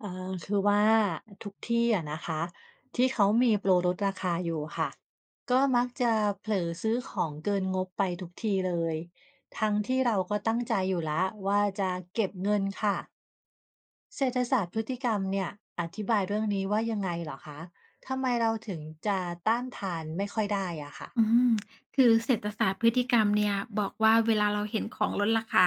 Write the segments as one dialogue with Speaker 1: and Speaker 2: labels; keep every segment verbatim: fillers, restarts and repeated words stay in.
Speaker 1: อ่าคือว่าทุกที่อะนะคะที่เขามีโปรลดราคาอยู่ค่ะก็มักจะเผลอซื้อของเกินงบไปทุกทีเลยทั้งที่เราก็ตั้งใจอยู่แล้วว่าจะเก็บเงินค่ะเศรษฐศาสตร์พฤติกรรมเนี่ยอธิบายเรื่องนี้ว่ายังไงเหรอคะทำไมเราถึงจะต้านทานไม่ค่อยได้อะค่ะ
Speaker 2: อืมคือเศรษฐศาสตร์พฤติกรรมเนี่ยบอกว่าเวลาเราเห็นของลดราคา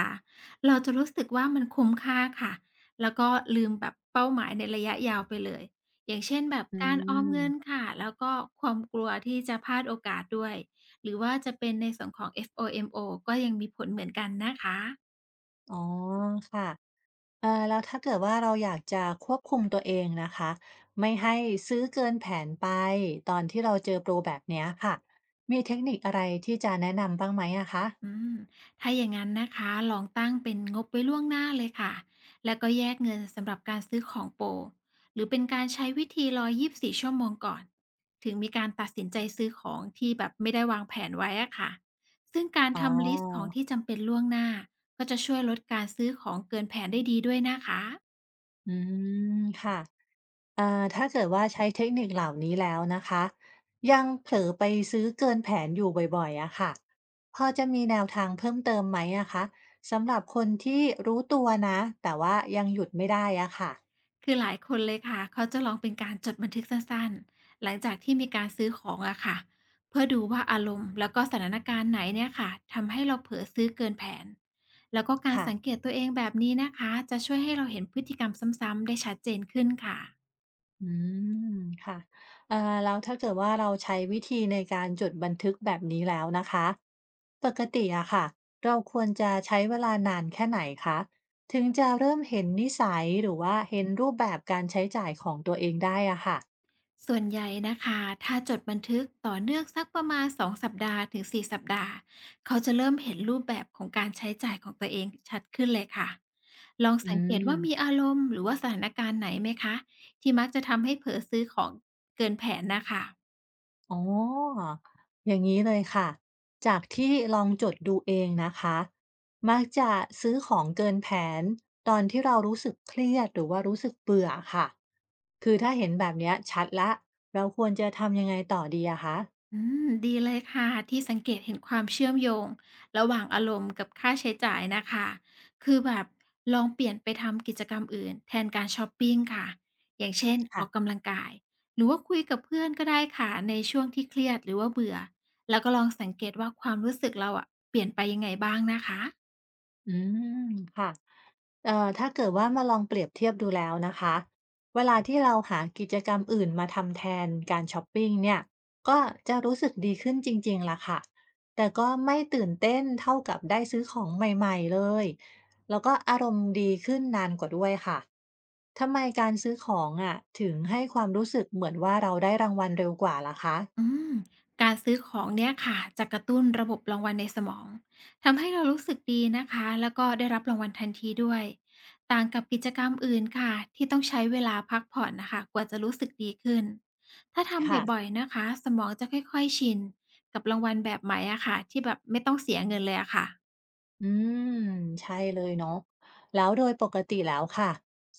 Speaker 2: เราจะรู้สึกว่ามันคุ้มค่าค่ะแล้วก็ลืมแบบเป้าหมายในระยะยาวไปเลยอย่างเช่นแบบ
Speaker 1: อื
Speaker 2: การออม
Speaker 1: ม
Speaker 2: เงินค่ะแล้วก็ความกลัวที่จะพลาดโอกาสด้วยหรือว่าจะเป็นในส่วนของ โฟโม ก็ยังมีผลเหมือนกันนะคะ
Speaker 1: อ๋อค่ะ อาแล้วถ้าเกิดว่าเราอยากจะควบคุมตัวเองนะคะไม่ให้ซื้อเกินแผนไปตอนที่เราเจอโปรแบบเนี้ยค่ะมีเทคนิคอะไรที่จะแนะนำบ้างไหมอะคะ
Speaker 2: อืมถ้าอย่างนั้นนะคะลองตั้งเป็นงบไว้ล่วงหน้าเลยค่ะแล้วก็แยกเงินสำหรับการซื้อของโปรหรือเป็นการใช้วิธีรอยี่สิบสี่ชั่วโมงก่อนถึงมีการตัดสินใจซื้อของที่แบบไม่ได้วางแผนไว้อะค่ะซึ่งการ
Speaker 1: อ๋
Speaker 2: ทำลิสต์ของ
Speaker 1: อ
Speaker 2: ที่จำเป็นล่วงหน้าก็จะช่วยลดการซื้อของเกินแผนได้ดีด้วยนะคะ
Speaker 1: อืมค่ะอ่าถ้าเกิดว่าใช้เทคนิคเหล่านี้แล้วนะคะยังเผลอไปซื้อเกินแผนอยู่บ่อยๆอะค่ะพอจะมีแนวทางเพิ่มเติมไหมอะคะสำหรับคนที่รู้ตัวนะแต่ว่ายังหยุดไม่ได้อะค่ะ
Speaker 2: คือหลายคนเลยค่ะเขาจะลองเป็นการจดบันทึกสั้นๆ หลังจากที่มีการซื้อของอะค่ะเพื่อดูว่าอารมณ์แล้วก็สถานการณ์ไหนเนี่ยค่ะทำให้เราเผลอซื้อเกินแผนแล้วก็การ
Speaker 1: ค่ะ
Speaker 2: สังเกตตัวเองแบบนี้นะคะจะช่วยให้เราเห็นพฤติกรรมซ้ำๆ ได้ชัดเจนขึ้นค่ะ
Speaker 1: อืมค่ะเอ่อแล้วถ้าเกิดว่าเราใช้วิธีในการจดบันทึกแบบนี้แล้วนะคะ ปกติอะค่ะเราควรจะใช้เวลานานแค่ไหนคะถึงจะเริ่มเห็นนิสัยหรือว่าเห็นรูปแบบการใช้จ่ายของตัวเองได้อะค่ะ
Speaker 2: ส่วนใหญ่นะคะถ้าจดบันทึกต่อเนื่องสักประมาณสองสัปดาห์ถึงสี่สัปดาห์เขาจะเริ่มเห็นรูปแบบของการใช้จ่ายของตัวเองชัดขึ้นเลยค่ะลอง
Speaker 1: อื
Speaker 2: สังเกตว่ามี
Speaker 1: ม
Speaker 2: อารมณ์หรือว่าสถานการณ์ไหนไหมคะที่มักจะทำให้เผลอซื้อของเกินแผนนะคะ
Speaker 1: อ๋อ อย่างนี้เลยค่ะ จากที่ลองจดดูเองนะคะมักจะซื้อของเกินแผนตอนที่เรารู้สึกเครียดหรือว่ารู้สึกเบื่อค่ะ คือถ้าเห็นแบบเนี้ยชัดละเราควรจะทำยังไงต่อดีอะคะ
Speaker 2: อืมดีเลยค่ะที่สังเกตเห็นความเชื่อมโยงระหว่างอารมณ์กับค่าใช้จ่ายนะคะคือแบบลองเปลี่ยนไปทำกิจกรรมอื่นแทนการชอปปิงค่ะอย่างเช่นอ
Speaker 1: ค่ะ
Speaker 2: อกกำลังกายหรือว่าคุยกับเพื่อนก็ได้ค่ะในช่วงที่เครียดหรือว่าเบื่อแล้วก็ลองสังเกตว่าความรู้สึกเราอะเปลี่ยนไปยังไงบ้างนะคะ
Speaker 1: อืม ค่ะ เอ่อถ้าเกิดว่ามาลองเปรียบเทียบดูแล้วนะคะเวลาที่เราหากิจกรรมอื่นมาทำแทนการช้อปปิงเนี่ยก็จะรู้สึกดีขึ้นจริงๆล่ะค่ะแต่ก็ไม่ตื่นเต้นเท่ากับได้ซื้อของใหม่ๆเลยแล้วก็อารมณ์ดีขึ้นนานกว่าด้วยค่ะทำไมการซื้อของอะถึงให้ความรู้สึกเหมือนว่าเราได้รางวัลเร็วกว่าล่ะคะ
Speaker 2: อืมการซื้อของเนี่ยค่ะจะกระตุ้นระบบรางวัลในสมองทำให้เรารู้สึกดีนะคะแล้วก็ได้รับรางวัลทันทีด้วยต่างกับกิจกรรมอื่นค่ะที่ต้องใช้เวลาพักผ่อนนะคะกว่าจะรู้สึกดีขึ้นถ้า
Speaker 1: ค่ะ
Speaker 2: ทำบ่อยๆนะคะสมองจะค่อยๆชินกับรางวัลแบบใหม่อะค่ะที่แบบไม่ต้องเสียเงินเลยอะค่ะ
Speaker 1: อืมใช่เลยเนาะแล้วโดยปกติแล้วค่ะ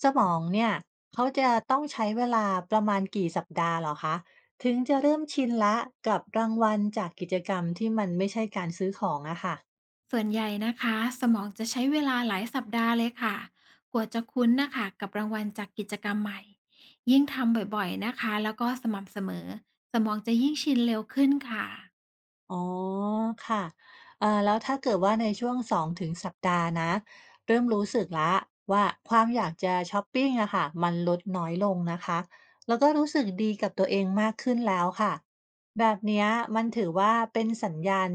Speaker 1: สมองเนี่ยเขาจะต้องใช้เวลาประมาณกี่สัปดาห์เหรอคะถึงจะเริ่มชินละกับรางวัลจากกิจกรรมที่มันไม่ใช่การซื้อของอะค่ะ
Speaker 2: ส่วนใหญ่นะคะสมองจะใช้เวลาหลายสัปดาห์เลยค่ะกว่าจะคุ้นนะคะกับรางวัลจากกิจกรรมใหม่ยิ่งทำบ่อยๆนะคะแล้วก็สม่ำเสมอสมองจะยิ่งชินเร็วขึ้นค่ะ
Speaker 1: อ๋อค่ะเอ่อแล้วถ้าเกิดว่าในช่วงสองถึงสัปดาห์นะเริ่มรู้สึกแล้วว่าความอยากจะชอปปิ้งอะค่ะมันลดน้อยลงนะคะแล้วก็รู้สึกดีกับตัวเองมากขึ้นแล้วค่ะแบบเนี้ยมันถือว่าเป็นสัญญาณ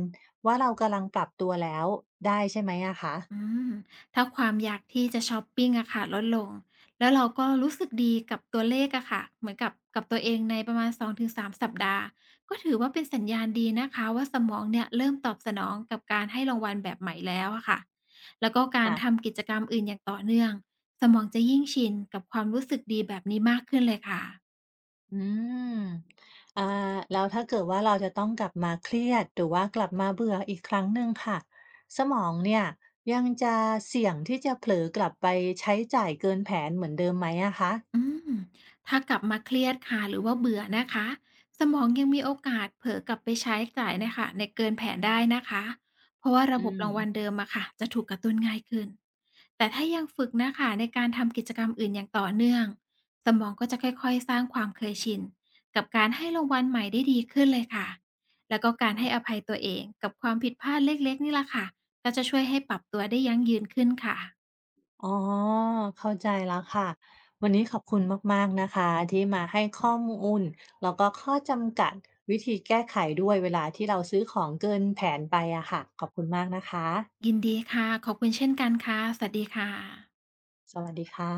Speaker 1: ว่าเรากำลังปรับตัวแล้วได้ใช่ไหมอะคะ
Speaker 2: อืมถ้าความอยากที่จะชอปปิงอะค่ะลดลงแล้วเราก็รู้สึกดีกับตัวเลขอะค่ะเหมือนกับกับตัวเองในประมาณสองถึงสามสามสัปดาห์ก็ถือว่าเป็นสัญญาณดีนะคะว่าสมองเนี่ยเริ่มตอบสนองกับการให้รางวัลแบบใหม่แล้วอะค่ะแล้วก็การทำกิจกรรมอื่นอย่างต่อเนื่องสมองจะยิ่งชินกับความรู้สึกดีแบบนี้มากขึ้นเลยค่ะ
Speaker 1: อืมอ่าแล้วถ้าเกิดว่าเราจะต้องกลับมาเครียดหรือว่ากลับมาเบื่ออีกครั้งหนึ่งค่ะสมองเนี่ยยังจะเสี่ยงที่จะเผลอกลับไปใช้จ่ายเกินแผนเหมือนเดิมไหมอะคะ
Speaker 2: อืมถ้ากลับมาเครียดค่ะหรือว่าเบื่อนะคะสมองยังมีโอกาสเผลอกลับไปใช้จ่ายนะคะในเกินแผนได้นะคะเพราะว่าระ
Speaker 1: อื
Speaker 2: บบรางวัล
Speaker 1: ม
Speaker 2: เดิมอะค่ะจะถูกกระตุ้นง่ายขึ้นแต่ถ้ายังฝึกนะคะในการทำกิจกรรมอื่นอย่างต่อเนื่องสมองก็จะค่อยๆสร้างความเคยชินกับการให้รางวัลใหม่ได้ดีขึ้นเลยค่ะแล้วก็การให้อภัยตัวเองกับความผิดพลาดเล็กๆนี่แหละค่ะก็จะช่วยให้ปรับตัวได้ยั่งยืนขึ้นค่ะ
Speaker 1: อ๋อเข้าใจแล้วค่ะวันนี้ขอบคุณมากๆนะคะที่มาให้ข้อมูลแล้วก็ข้อจำกัดวิธีแก้ไขด้วยเวลาที่เราซื้อของเกินแผนไปอะค่ะขอบคุณมากนะคะ
Speaker 2: ยินดีค่ะขอบคุณเช่นกันค่ะสวัสดีค่ะ
Speaker 1: สวัสดีค่ะ